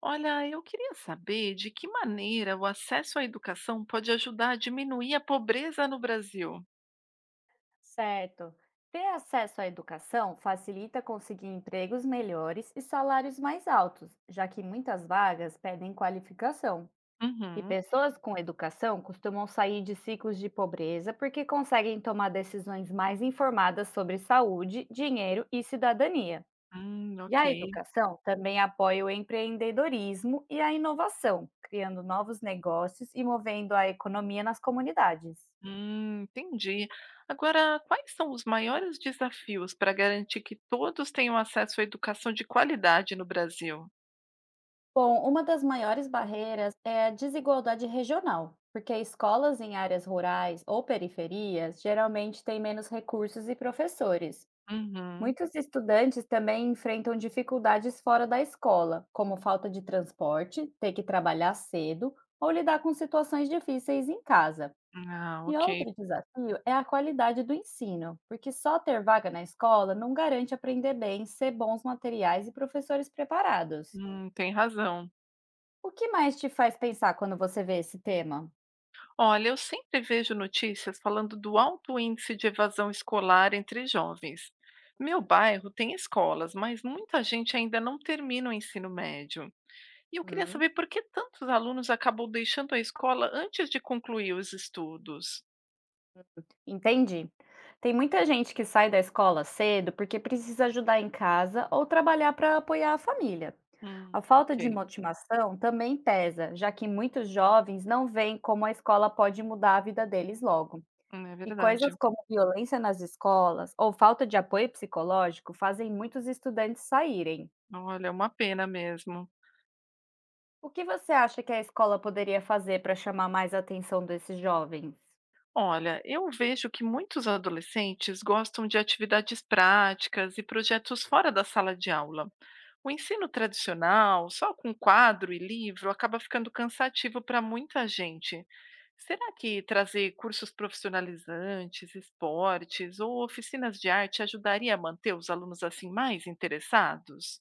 Olha, eu queria saber de que maneira o acesso à educação pode ajudar a diminuir a pobreza no Brasil. Certo. Ter acesso à educação facilita conseguir empregos melhores e salários mais altos, já que muitas vagas pedem qualificação. E Uhum. pessoas com educação costumam sair de ciclos de pobreza porque conseguem tomar decisões mais informadas sobre saúde, dinheiro e cidadania. E Ok. a educação também apoia o empreendedorismo e a inovação, criando novos negócios e movendo a economia nas comunidades. Entendi. Agora, quais são os maiores desafios para garantir que todos tenham acesso à educação de qualidade no Brasil? Bom, uma das maiores barreiras é a desigualdade regional, porque escolas em áreas rurais ou periferias geralmente têm menos recursos e professores. Uhum. Muitos estudantes também enfrentam dificuldades fora da escola, como falta de transporte, ter que trabalhar cedo ou lidar com situações difíceis em casa. Ah, E ok. outro desafio é a qualidade do ensino, porque só ter vaga na escola não garante aprender bem, ser bons materiais e professores preparados. Tem razão. O que mais te faz pensar quando você vê esse tema? Olha, eu sempre vejo notícias falando do alto índice de evasão escolar entre jovens. Meu bairro tem escolas, mas muita gente ainda não termina o ensino médio. E eu queria Hum. saber por que tantos alunos acabam deixando a escola antes de concluir os estudos. Entendi. Tem muita gente que sai da escola cedo porque precisa ajudar em casa ou trabalhar para apoiar a família. A falta de Ok. motivação também pesa, já que muitos jovens não veem como a escola pode mudar a vida deles logo. É E verdade. coisas como violência nas escolas ou falta de apoio psicológico fazem muitos estudantes saírem. Olha, é uma pena mesmo. O que você acha que a escola poderia fazer para chamar mais a atenção desses jovens? Olha, eu vejo que muitos adolescentes gostam de atividades práticas e projetos fora da sala de aula. O ensino tradicional, só com quadro e livro, acaba ficando cansativo para muita gente. Será que trazer cursos profissionalizantes, esportes ou oficinas de arte ajudaria a manter os alunos assim mais interessados?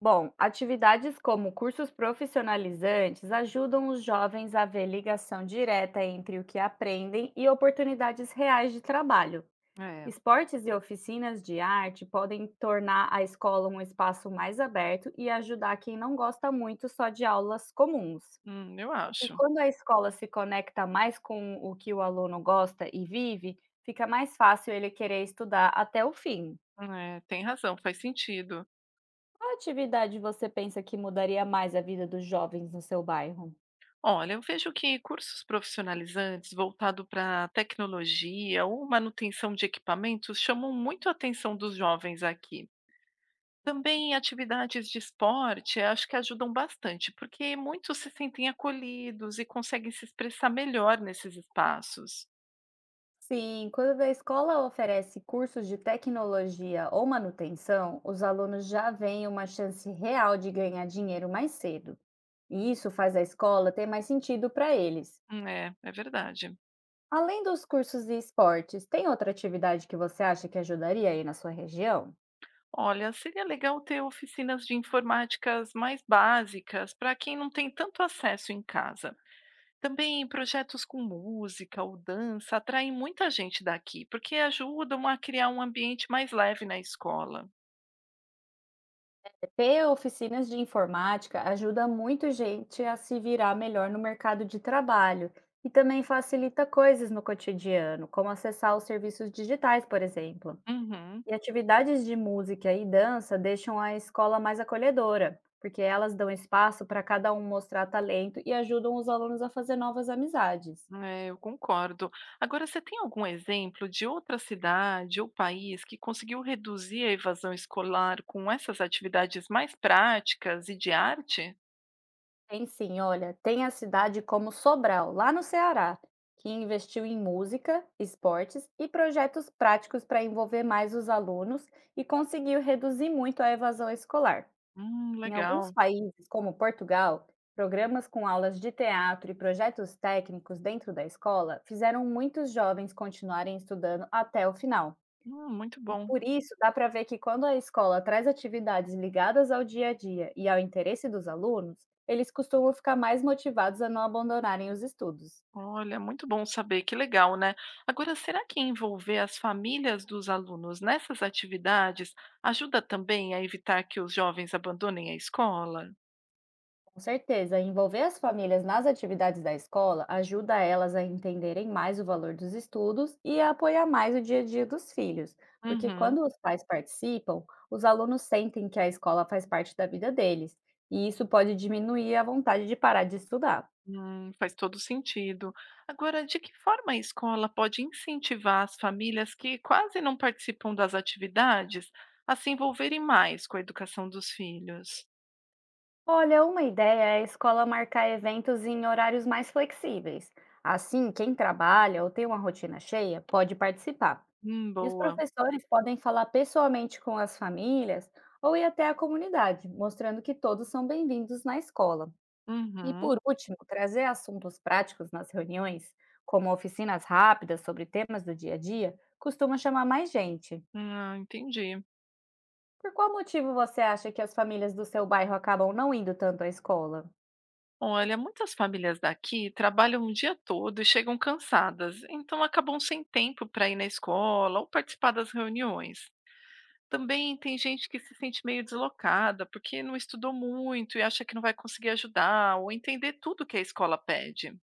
Bom, atividades como cursos profissionalizantes ajudam os jovens a ver ligação direta entre o que aprendem e oportunidades reais de trabalho. É. Esportes e oficinas de arte podem tornar a escola um espaço mais aberto e ajudar quem não gosta muito só de aulas comuns. Eu Porque acho. quando a escola se conecta mais com o que o aluno gosta e vive, fica mais fácil ele querer estudar até o fim. É, tem razão, faz sentido. Qual atividade você pensa que mudaria mais a vida dos jovens no seu bairro? Olha, eu vejo que cursos profissionalizantes voltados para tecnologia ou manutenção de equipamentos chamam muito a atenção dos jovens aqui. Também atividades de esporte, acho que ajudam bastante, porque muitos se sentem acolhidos e conseguem se expressar melhor nesses espaços. Sim, quando a escola oferece cursos de tecnologia ou manutenção, os alunos já veem uma chance real de ganhar dinheiro mais cedo. E isso faz a escola ter mais sentido para eles. É, é verdade. Além dos cursos de esportes, tem outra atividade que você acha que ajudaria aí na sua região? Olha, seria legal ter oficinas de informáticas mais básicas para quem não tem tanto acesso em casa. Também projetos com música ou dança atraem muita gente daqui, porque ajudam a criar um ambiente mais leve na escola. Ter oficinas de informática ajuda muito gente a se virar melhor no mercado de trabalho e também facilita coisas no cotidiano, como acessar os serviços digitais, por exemplo. Uhum. E atividades de música e dança deixam a escola mais acolhedora, porque elas dão espaço para cada um mostrar talento e ajudam os alunos a fazer novas amizades. É, eu concordo. Agora, você tem algum exemplo de outra cidade ou país que conseguiu reduzir a evasão escolar com essas atividades mais práticas e de arte? Tem sim, olha, tem a cidade como Sobral, lá no Ceará, que investiu em música, esportes e projetos práticos para envolver mais os alunos e conseguiu reduzir muito a evasão escolar. Em alguns Legal. países, como Portugal, programas com aulas de teatro e projetos técnicos dentro da escola fizeram muitos jovens continuarem estudando até o final. Muito E bom. por isso dá para ver que quando a escola traz atividades ligadas ao dia a dia e ao interesse dos alunos, eles costumam ficar mais motivados a não abandonarem os estudos. Olha, muito bom saber, que legal, né? Agora, será que envolver as famílias dos alunos nessas atividades ajuda também a evitar que os jovens abandonem a escola? Com certeza, envolver as famílias nas atividades da escola ajuda elas a entenderem mais o valor dos estudos e a apoiar mais o dia a dia dos filhos, porque Uhum. quando os pais participam, os alunos sentem que a escola faz parte da vida deles, e isso pode diminuir a vontade de parar de estudar. Faz todo sentido. Agora, de que forma a escola pode incentivar as famílias que quase não participam das atividades a se envolverem mais com a educação dos filhos? Olha, uma ideia é a escola marcar eventos em horários mais flexíveis. Assim, quem trabalha ou tem uma rotina cheia pode participar. E os Boa. professores podem falar pessoalmente com as famílias ou ir até a comunidade, mostrando que todos são bem-vindos na escola. E Uhum. por último, trazer assuntos práticos nas reuniões, como oficinas rápidas sobre temas do dia a dia, costuma chamar mais gente. Ah, entendi. Por qual motivo você acha que as famílias do seu bairro acabam não indo tanto à escola? Olha, muitas famílias daqui trabalham o dia todo e chegam cansadas, então acabam sem tempo para ir na escola ou participar das reuniões. Também tem gente que se sente meio deslocada, porque não estudou muito e acha que não vai conseguir ajudar ou entender tudo que a escola pede.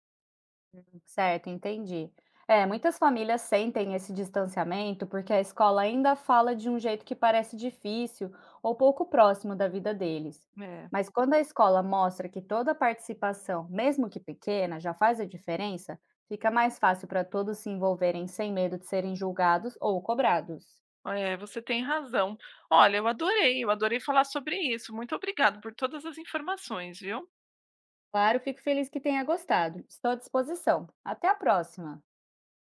Certo, entendi. É, muitas famílias sentem esse distanciamento porque a escola ainda fala de um jeito que parece difícil ou pouco próximo da vida deles. É. Mas quando a escola mostra que toda participação, mesmo que pequena, já faz a diferença, fica mais fácil para todos se envolverem sem medo de serem julgados ou cobrados. É, você tem razão. Olha, eu adorei falar sobre isso. Muito obrigada por todas as informações, viu? Claro, fico feliz que tenha gostado. Estou à disposição. Até a próxima!